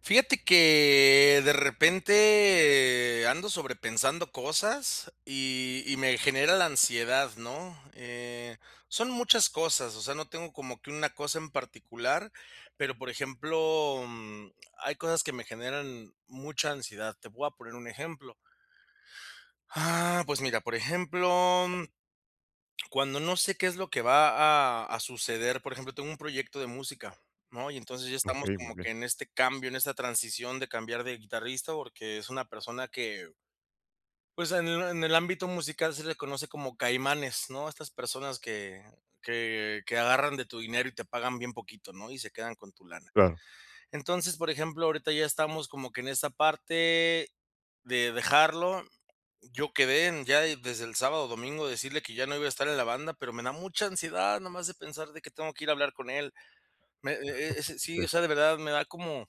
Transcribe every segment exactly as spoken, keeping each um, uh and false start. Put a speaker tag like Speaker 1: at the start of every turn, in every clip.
Speaker 1: Fíjate que de repente ando sobrepensando cosas y, y me genera la ansiedad, ¿no? Eh, son muchas cosas, o sea, no tengo como que una cosa en particular, pero por ejemplo, mm, hay cosas que me generan mucha ansiedad. Te voy a poner un ejemplo. Ah, pues mira, por ejemplo, cuando no sé qué es lo que va a a suceder, por ejemplo, tengo un proyecto de música, ¿no? Y entonces ya
Speaker 2: Ok,
Speaker 1: estamos
Speaker 2: muy
Speaker 1: como que
Speaker 2: bien.
Speaker 1: en este cambio, en esta transición de cambiar de guitarrista, porque es una persona que, pues, en el en el ámbito musical se le conoce como caimanes, ¿no? Estas personas que que que agarran de tu dinero y te pagan bien poquito, ¿no? Y se quedan con tu lana.
Speaker 2: Claro,
Speaker 1: Entonces, por ejemplo, ahorita ya estamos como que en esta parte de dejarlo. Yo quedé en ya, e, desde el sábado o domingo decirle que ya no iba a estar en la banda, pero me da mucha ansiedad nomás de pensar de que tengo que ir a hablar con él. Me e e ese sí, o
Speaker 2: okey,
Speaker 1: sea, de verdad me da como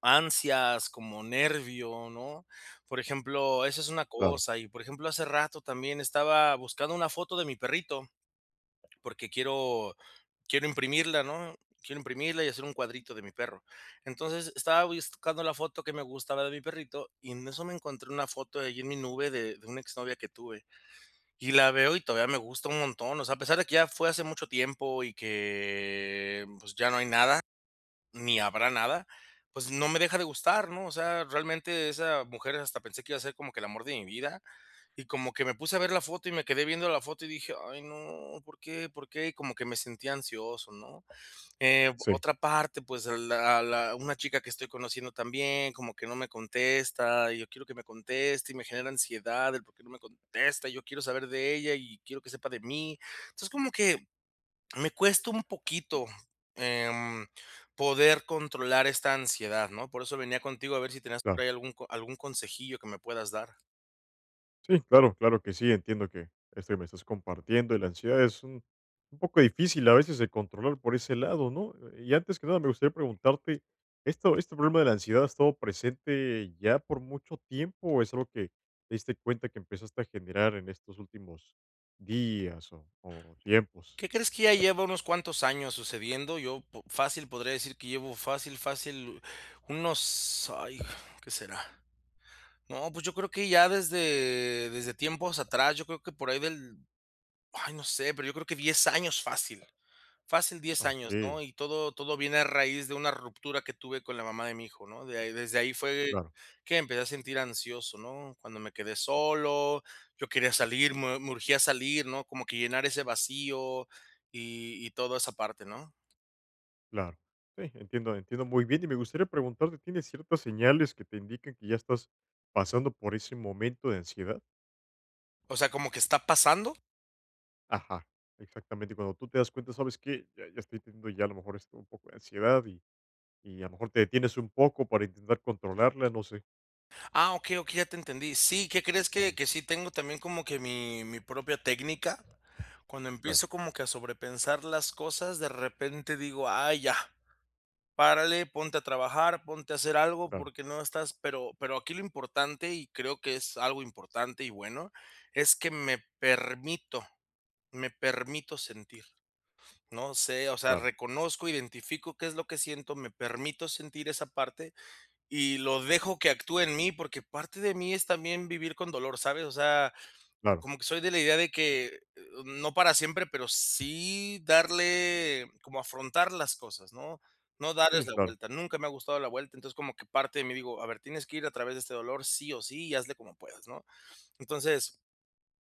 Speaker 1: ansias, como nervio, ¿no? Por ejemplo, esa es una
Speaker 2: claro.
Speaker 1: cosa. Y, por ejemplo, hace rato también estaba buscando una foto de mi perrito, porque quiero quiero imprimirla, ¿no? Quiero imprimirla y hacer un cuadrito de mi perro. Entonces, estaba buscando la foto que me gustaba de mi perrito, y en eso me encontré una foto allí en mi nube de de una exnovia que tuve. Y la veo y todavía me gusta un montón, o sea, a pesar de que ya fue hace mucho tiempo y que, pues, ya no hay nada, ni habrá nada, pues, no me deja de gustar, ¿no? O sea, realmente esa mujer, hasta pensé que iba a ser como que el amor de mi vida, y como que me puse a ver la foto y me quedé viendo la foto y dije: "Ay, no, ¿por qué? ¿Por qué?". Y como que me sentía ansioso, ¿no? Eh,
Speaker 2: Sí,
Speaker 1: otra parte, pues, la la una chica que estoy conociendo también, como que no me contesta, y yo quiero que me conteste, y me genera ansiedad el por qué no me contesta, y yo quiero saber de ella, y quiero que sepa de mí. Entonces, como que me cuesta un poquito, em, poder controlar esta ansiedad, ¿no? Por eso venía contigo a ver si tenías
Speaker 2: claro.
Speaker 1: por ahí algún co algún consejillo que me puedas dar.
Speaker 2: Sí, claro, claro que sí, entiendo que esto que me estás compartiendo y la ansiedad es un un poco difícil a veces de controlar por ese lado, ¿no? Eh, Y antes que nada me gustaría preguntarte, ¿esto este problema de la ansiedad ha estado presente ya por mucho tiempo o es algo que te diste cuenta que empezaste a generar en estos últimos días o o tiempos?
Speaker 1: ¿Qué crees? Que ya lleva unos cuantos años sucediendo. Yo po fácil podría decir que llevo fácil, fácil unos, ay, ¿qué será? No, pues yo creo que ya desde desde tiempos atrás, yo creo que por ahí del, ay, no sé, pero yo creo que diez años fácil, fácil diez
Speaker 2: Ok,
Speaker 1: años, ¿no? Y todo todo viene a raíz de una ruptura que tuve con la mamá de mi hijo, ¿no? De ahí desde ahí fue
Speaker 2: claro.
Speaker 1: que empecé a sentir ansioso, ¿no? Cuando me quedé solo, yo quería salir, me me urgía salir, ¿no? Como que llenar ese vacío y y toda esa parte, ¿no?
Speaker 2: Claro. Sí, entiendo, entiendo muy bien. Y me gustaría preguntarte, ¿tienes ciertas señales que te indican que ya estás pasando por ese momento de ansiedad?
Speaker 1: O sea, como que está pasando.
Speaker 2: Ajá, exactamente. Cuando tú te das cuenta, sabes que ya, ya estoy teniendo ya a lo mejor esto, un poco de ansiedad y, y a lo mejor te detienes un poco para intentar controlarla, no sé.
Speaker 1: Ah, ok, ok, ya te entendí. Sí, ¿qué crees? que
Speaker 2: Ujú,
Speaker 1: que sí tengo también como que mi mi propia técnica. Cuando
Speaker 2: claro,
Speaker 1: empiezo como que a sobrepensar las cosas, de repente digo: "Ay, ya, párale, ponte a trabajar, ponte a hacer algo,
Speaker 2: claro,
Speaker 1: porque no estás". Pero pero aquí lo importante, y creo que es algo importante y bueno, es que me permito, me permito sentir, ¿no? Sé, o sea,
Speaker 2: claro,
Speaker 1: reconozco, identifico qué es lo que siento, me permito sentir esa parte y lo dejo que actúe en mí, porque parte de mí es también vivir con dolor, ¿sabes? O sea,
Speaker 2: claro.
Speaker 1: como que soy de la idea de que, eh, no para siempre, pero sí darle, como afrontar las cosas, ¿no? No darles
Speaker 2: Sí,
Speaker 1: la
Speaker 2: claro,
Speaker 1: vuelta. Nunca me ha gustado la vuelta, entonces como que parte de mí digo, a ver, tienes que ir a través de este dolor sí o sí y hazle como puedas, ¿no? Entonces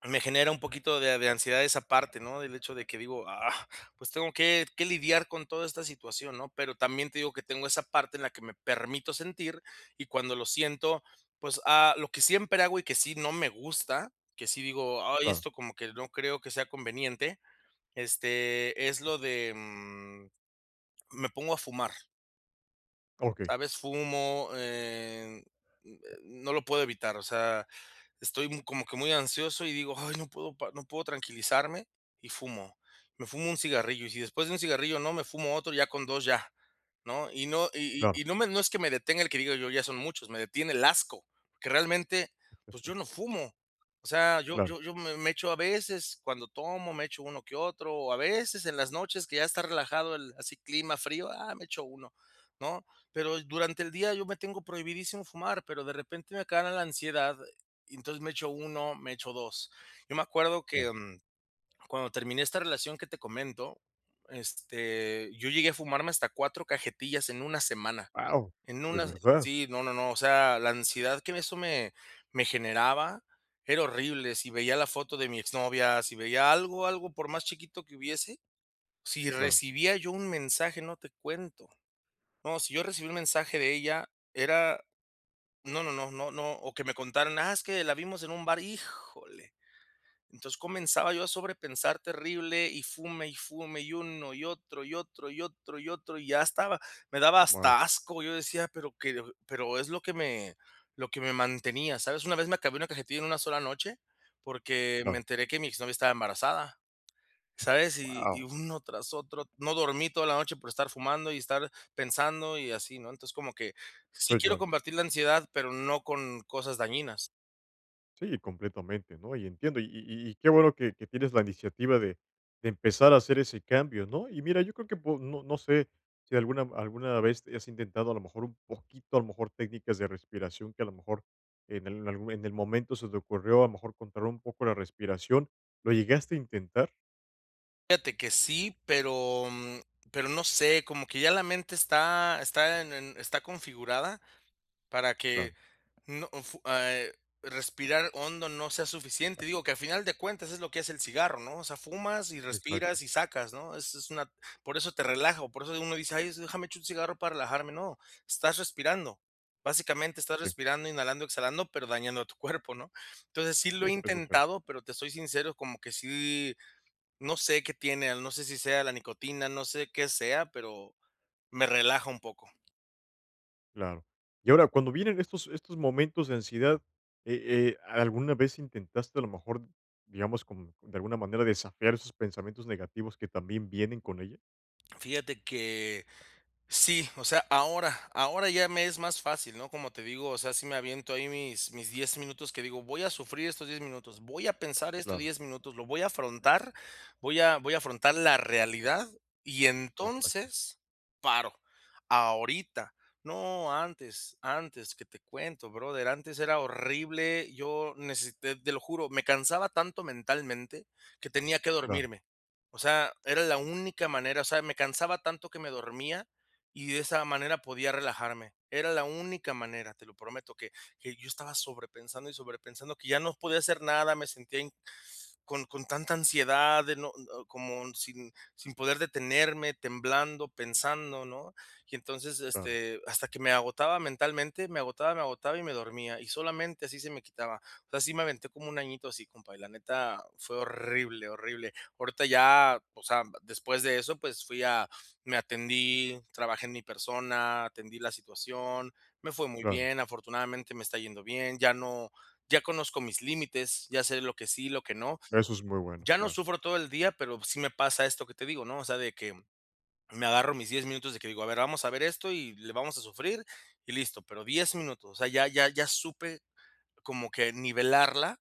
Speaker 1: me genera un poquito de, de ansiedad esa parte, ¿no? Del hecho de que digo, ah, pues tengo que, que lidiar con toda esta situación, ¿no? Pero también te digo que tengo esa parte en la que me permito sentir, y cuando lo siento, pues ah, lo que siempre hago y que sí no me gusta, que sí digo, ay,
Speaker 2: claro.
Speaker 1: esto como que no creo que sea conveniente, este, es lo de, mm, me pongo a fumar.
Speaker 2: Ok,
Speaker 1: ¿Sabes? Fumo, eh, no lo puedo evitar, o sea, estoy mu- como que muy ansioso y digo, ay, no puedo, pa- no puedo tranquilizarme y fumo. Me fumo un cigarrillo y si después de un cigarrillo no, me fumo otro, ya con dos, ya, ¿no? Y no, y,
Speaker 2: claro,
Speaker 1: y- y no, me, no es que me detenga el que diga yo, ya son muchos, me detiene el asco, porque realmente, pues yo no fumo. O sea, yo,
Speaker 2: claro,
Speaker 1: yo, yo me, me echo a veces, cuando tomo, me echo uno que otro, o a veces en las noches que ya está relajado el así clima frío, ah, me echo uno, ¿no? Pero durante el día yo me tengo prohibidísimo fumar, pero de repente me gana la ansiedad, y entonces me echo uno, me echo dos. Yo me acuerdo que,
Speaker 2: claro.
Speaker 1: mm, cuando terminé esta relación que te comento, este, yo llegué a fumarme hasta cuatro cajetillas en una semana.
Speaker 2: Wow,
Speaker 1: En
Speaker 2: de
Speaker 1: una,
Speaker 2: verdad.
Speaker 1: sí, no, no, no, o sea, la ansiedad que eso me me generaba era horrible. Si veía la foto de mi exnovia, si veía algo, algo por más chiquito que hubiese, si
Speaker 2: Claro,
Speaker 1: recibía yo un mensaje, no te cuento. No, si yo recibí un mensaje de ella, era no, no, no, no, no, o que me contaran, ah, es que la vimos en un bar, híjole. Entonces comenzaba yo a sobrepensar terrible y fume y fume y uno y otro y otro y otro y otro, y ya estaba, me daba
Speaker 2: wow,
Speaker 1: hasta asco, yo decía, pero que, pero es lo que me, lo que me mantenía, ¿sabes? Una vez me acabé una cajetilla en una sola noche porque me
Speaker 2: claro,
Speaker 1: enteré que mi exnovia estaba embarazada. ¿Sabes? Y y
Speaker 2: wow.
Speaker 1: uno tras otro, no dormí toda la noche por estar fumando y estar pensando y así, ¿no? Entonces, como que sí
Speaker 2: Sí,
Speaker 1: quiero
Speaker 2: claro.
Speaker 1: combatir la ansiedad, pero no con cosas dañinas.
Speaker 2: Sí, completamente, ¿no? Y entiendo, y, y- y qué bueno que, que tienes la iniciativa de, de empezar a hacer ese cambio, ¿no? Y mira, yo creo que po- no, no sé si alguna, alguna vez te has intentado a lo mejor un poquito, a lo mejor técnicas de respiración que a lo mejor en el, en algún- en el momento se te ocurrió a lo mejor controlar un poco la respiración. ¿Lo llegaste a intentar?
Speaker 1: Fíjate que sí, pero, mm, pero no sé, como que ya la mente está está en en está configurada para que
Speaker 2: Claro,
Speaker 1: no fu eh, respirar hondo no sea suficiente. Digo que al final de cuentas es lo que hace el cigarro, ¿no? O sea, fumas y respiras
Speaker 2: exacto.
Speaker 1: y sacas, ¿no? Es es una. Por eso te relaja, o por eso uno dice: "Ay, es- déjame echo un cigarro para relajarme", no, estás respirando. Básicamente estás
Speaker 2: Sí,
Speaker 1: respirando, inhalando, exhalando, pero dañando a tu cuerpo, ¿no? Entonces, sí lo
Speaker 2: sí,
Speaker 1: he
Speaker 2: eso es cierto.
Speaker 1: intentado, pero te soy sincero, como que sí, no sé qué tiene, no sé si sea la nicotina, no sé qué sea, pero me relaja un poco.
Speaker 2: Claro. Y ahora, cuando vienen estos estos momentos de ansiedad, eh eh, ¿alguna vez intentaste, a lo mejor, digamos, como de alguna manera desafiar esos pensamientos negativos que también vienen con ella?
Speaker 1: Fíjate que sí, o sea, ahora, ahora ya me es más fácil, ¿no? Como te digo, o sea, si me aviento ahí mis, mis diez minutos, que digo, voy a sufrir estos diez minutos, voy a pensar estos
Speaker 2: Claro,
Speaker 1: diez minutos, lo voy a afrontar, voy a, voy a, afrontar la realidad, y
Speaker 2: exacto.
Speaker 1: entonces paro. Ahorita no, antes, antes, que te cuento, brother, antes era horrible, yo necesité, te lo juro, me cansaba tanto mentalmente que tenía que
Speaker 2: Claro,
Speaker 1: dormirme. O sea, era la única manera, o sea, me cansaba tanto que me dormía y de esa manera podía relajarme. Era la única manera, te lo prometo, que que yo estaba sobrepensando y sobrepensando, que ya no podía hacer nada, me sentía, pues, con con tanta ansiedad, de no no, como sin sin poder detenerme, temblando, pensando, ¿no? Y entonces,
Speaker 2: claro,
Speaker 1: este, hasta que me agotaba mentalmente, me agotaba, me agotaba y me dormía, y solamente así se me quitaba. O sea, sí me aventé como un añito así, compa, y la neta fue horrible, horrible. Ahorita ya, o sea, después de eso, pues, fui a me atendí, trabajé en mi persona, atendí la situación, me fue muy
Speaker 2: claro.
Speaker 1: bien, afortunadamente me está yendo bien, ya no ya conozco mis límites, ya sé lo que sí, lo que no,
Speaker 2: Eso es muy bueno.
Speaker 1: ya no
Speaker 2: Claro,
Speaker 1: sufro todo el día, pero sí me pasa esto que te digo, ¿no? O sea, de que me agarro mis diez minutos, de que digo, a ver, vamos a ver esto y le vamos a sufrir y listo, pero diez minutos, o sea, ya ya ya supe como que nivelarla,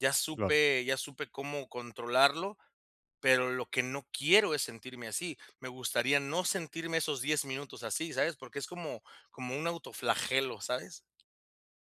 Speaker 1: ya
Speaker 2: claro,
Speaker 1: supe ya supe cómo controlarlo, pero lo que no quiero es sentirme así. Me gustaría no sentirme esos diez minutos así, ¿sabes? Porque es como como un autoflagelo, ¿sabes?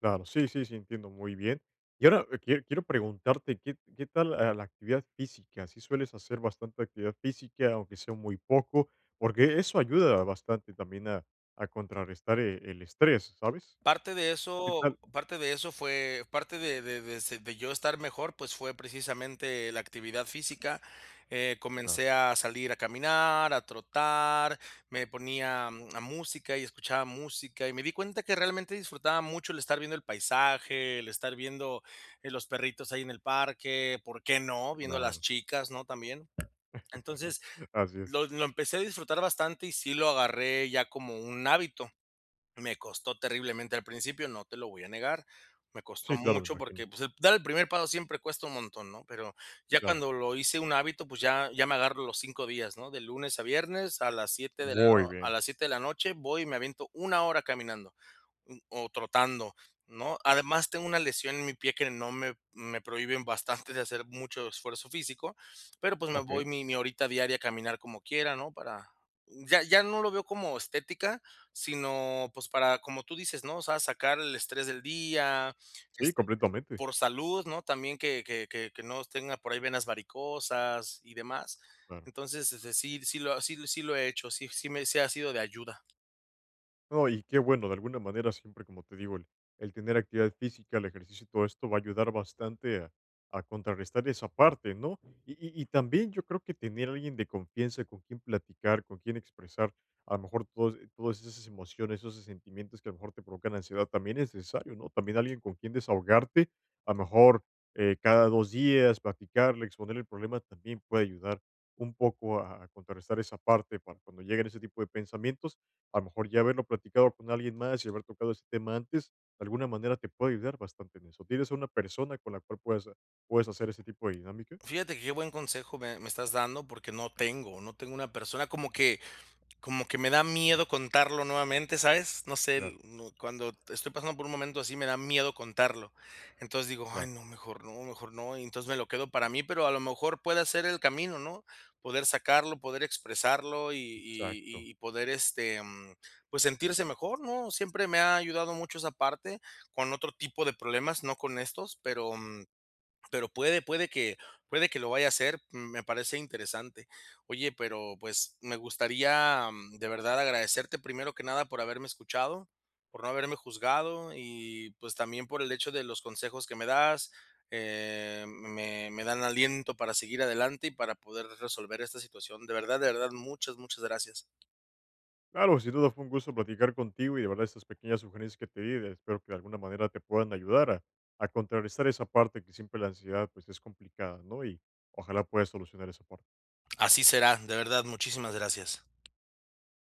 Speaker 2: claro. Sí, sí, sí, entiendo muy bien. Y ahora, eh, quie quiero preguntarte, ¿qué qué tal, ah, la actividad física? ¿Si sueles hacer bastante actividad física, aunque sea muy poco? Porque eso ayuda bastante también a a contrarrestar, eh, el estrés, ¿sabes?
Speaker 1: Parte de
Speaker 2: ¿Qué
Speaker 1: eso
Speaker 2: tal?
Speaker 1: parte de eso fue parte de de de se de yo estar mejor, pues, fue precisamente la actividad física. Eh,
Speaker 2: Claro,
Speaker 1: comencé a salir a caminar, a trotar, me ponía, mm, a música y escuchaba música, y me di cuenta que realmente disfrutaba mucho el estar viendo el paisaje, el estar viendo, eh, los perritos ahí en el parque, ¿por qué no?, viendo a las
Speaker 2: claro,
Speaker 1: chicas, ¿no?, también. Entonces,
Speaker 2: así es.
Speaker 1: lo lo empecé a disfrutar bastante y sí lo agarré ya como un hábito. Me costó terriblemente al principio, no te lo voy a negar. Me costó
Speaker 2: Sí, claro, me
Speaker 1: mucho
Speaker 2: imagino,
Speaker 1: porque, pues, el dar el primer paso siempre cuesta un montón, ¿no? Pero ya
Speaker 2: claro.
Speaker 1: cuando lo hice un hábito, pues ya ya me agarro los cinco días, ¿no? De lunes a viernes a las siete de la
Speaker 2: Muy
Speaker 1: no a
Speaker 2: bien,
Speaker 1: las siete de la noche voy y me aviento una hora caminando. O trotando, ¿no? Además, tengo una lesión en mi pie que no me me prohíben bastante de hacer mucho esfuerzo físico, pero, pues, me voy
Speaker 2: okey.
Speaker 1: mi mi horita diaria a caminar como quiera, ¿no? Para ya ya no lo veo como estética, sino, pues, para, como tú dices, ¿no? O sea, sacar el estrés del día,
Speaker 2: Sí,
Speaker 1: este,
Speaker 2: completamente,
Speaker 1: por salud, ¿no? También que que que que no tenga por ahí venas varicosas y demás.
Speaker 2: claro.
Speaker 1: Entonces, este, sí sí lo sí sí lo he hecho, sí sí me sí ha sido de ayuda.
Speaker 2: No, y qué bueno, de alguna manera siempre, como te digo, el, el tener actividad física, el ejercicio y todo esto va a ayudar bastante a, a contrarrestar esa parte, ¿no? Y, y- y también yo creo que tener alguien de confianza con quien platicar, con quien expresar a lo mejor todos, eh, todas esas emociones, esos sentimientos que a lo mejor te provocan ansiedad, también es necesario, ¿no? También alguien con quien desahogarte, a lo mejor eh, cada dos días, platicarle, exponer el problema, también puede ayudar un poco a a contrarrestar esa parte para cuando lleguen ese tipo de pensamientos a lo mejor ya haberlo platicado con alguien más y haber tocado ese tema antes, de alguna manera te puede ayudar bastante en eso. ¿Tienes a una persona con la cual puedas, puedes hacer ese tipo de dinámica?
Speaker 1: Fíjate que qué buen consejo me me estás dando, porque no tengo, no tengo una persona, como que como que me da miedo contarlo nuevamente, ¿sabes? No sé,
Speaker 2: Claro,
Speaker 1: el no, cuando estoy pasando por un momento así, me da miedo contarlo. Entonces digo: "Ay,
Speaker 2: claro,
Speaker 1: no, mejor no, mejor no", y entonces me lo quedo para mí, pero a lo mejor puede ser el camino, ¿no? Poder sacarlo, poder expresarlo, y
Speaker 2: exacto.
Speaker 1: y y poder, este, mm, pues, sentirse mejor, ¿no? Siempre me ha ayudado mucho esa parte, con otro tipo de problemas, no con estos, pero, mm, pero puede, puede que, puede que lo vaya a hacer, mm, me parece interesante. Oye, pero pues me gustaría, mm, de verdad agradecerte, primero que nada, por haberme escuchado, por no haberme juzgado, y pues también por el hecho de los consejos que me das. eh, me, me dan aliento para seguir adelante y para poder resolver esta situación. De verdad, de verdad, muchas, muchas gracias.
Speaker 2: Claro, sin duda fue un gusto platicar contigo y de verdad estas pequeñas sugerencias que te di, de- espero que de alguna manera te puedan ayudar a, a contrarrestar esa parte que siempre la ansiedad pues es complicada, ¿no? Y ojalá puedas solucionar esa parte.
Speaker 1: Así será, de verdad, muchísimas gracias.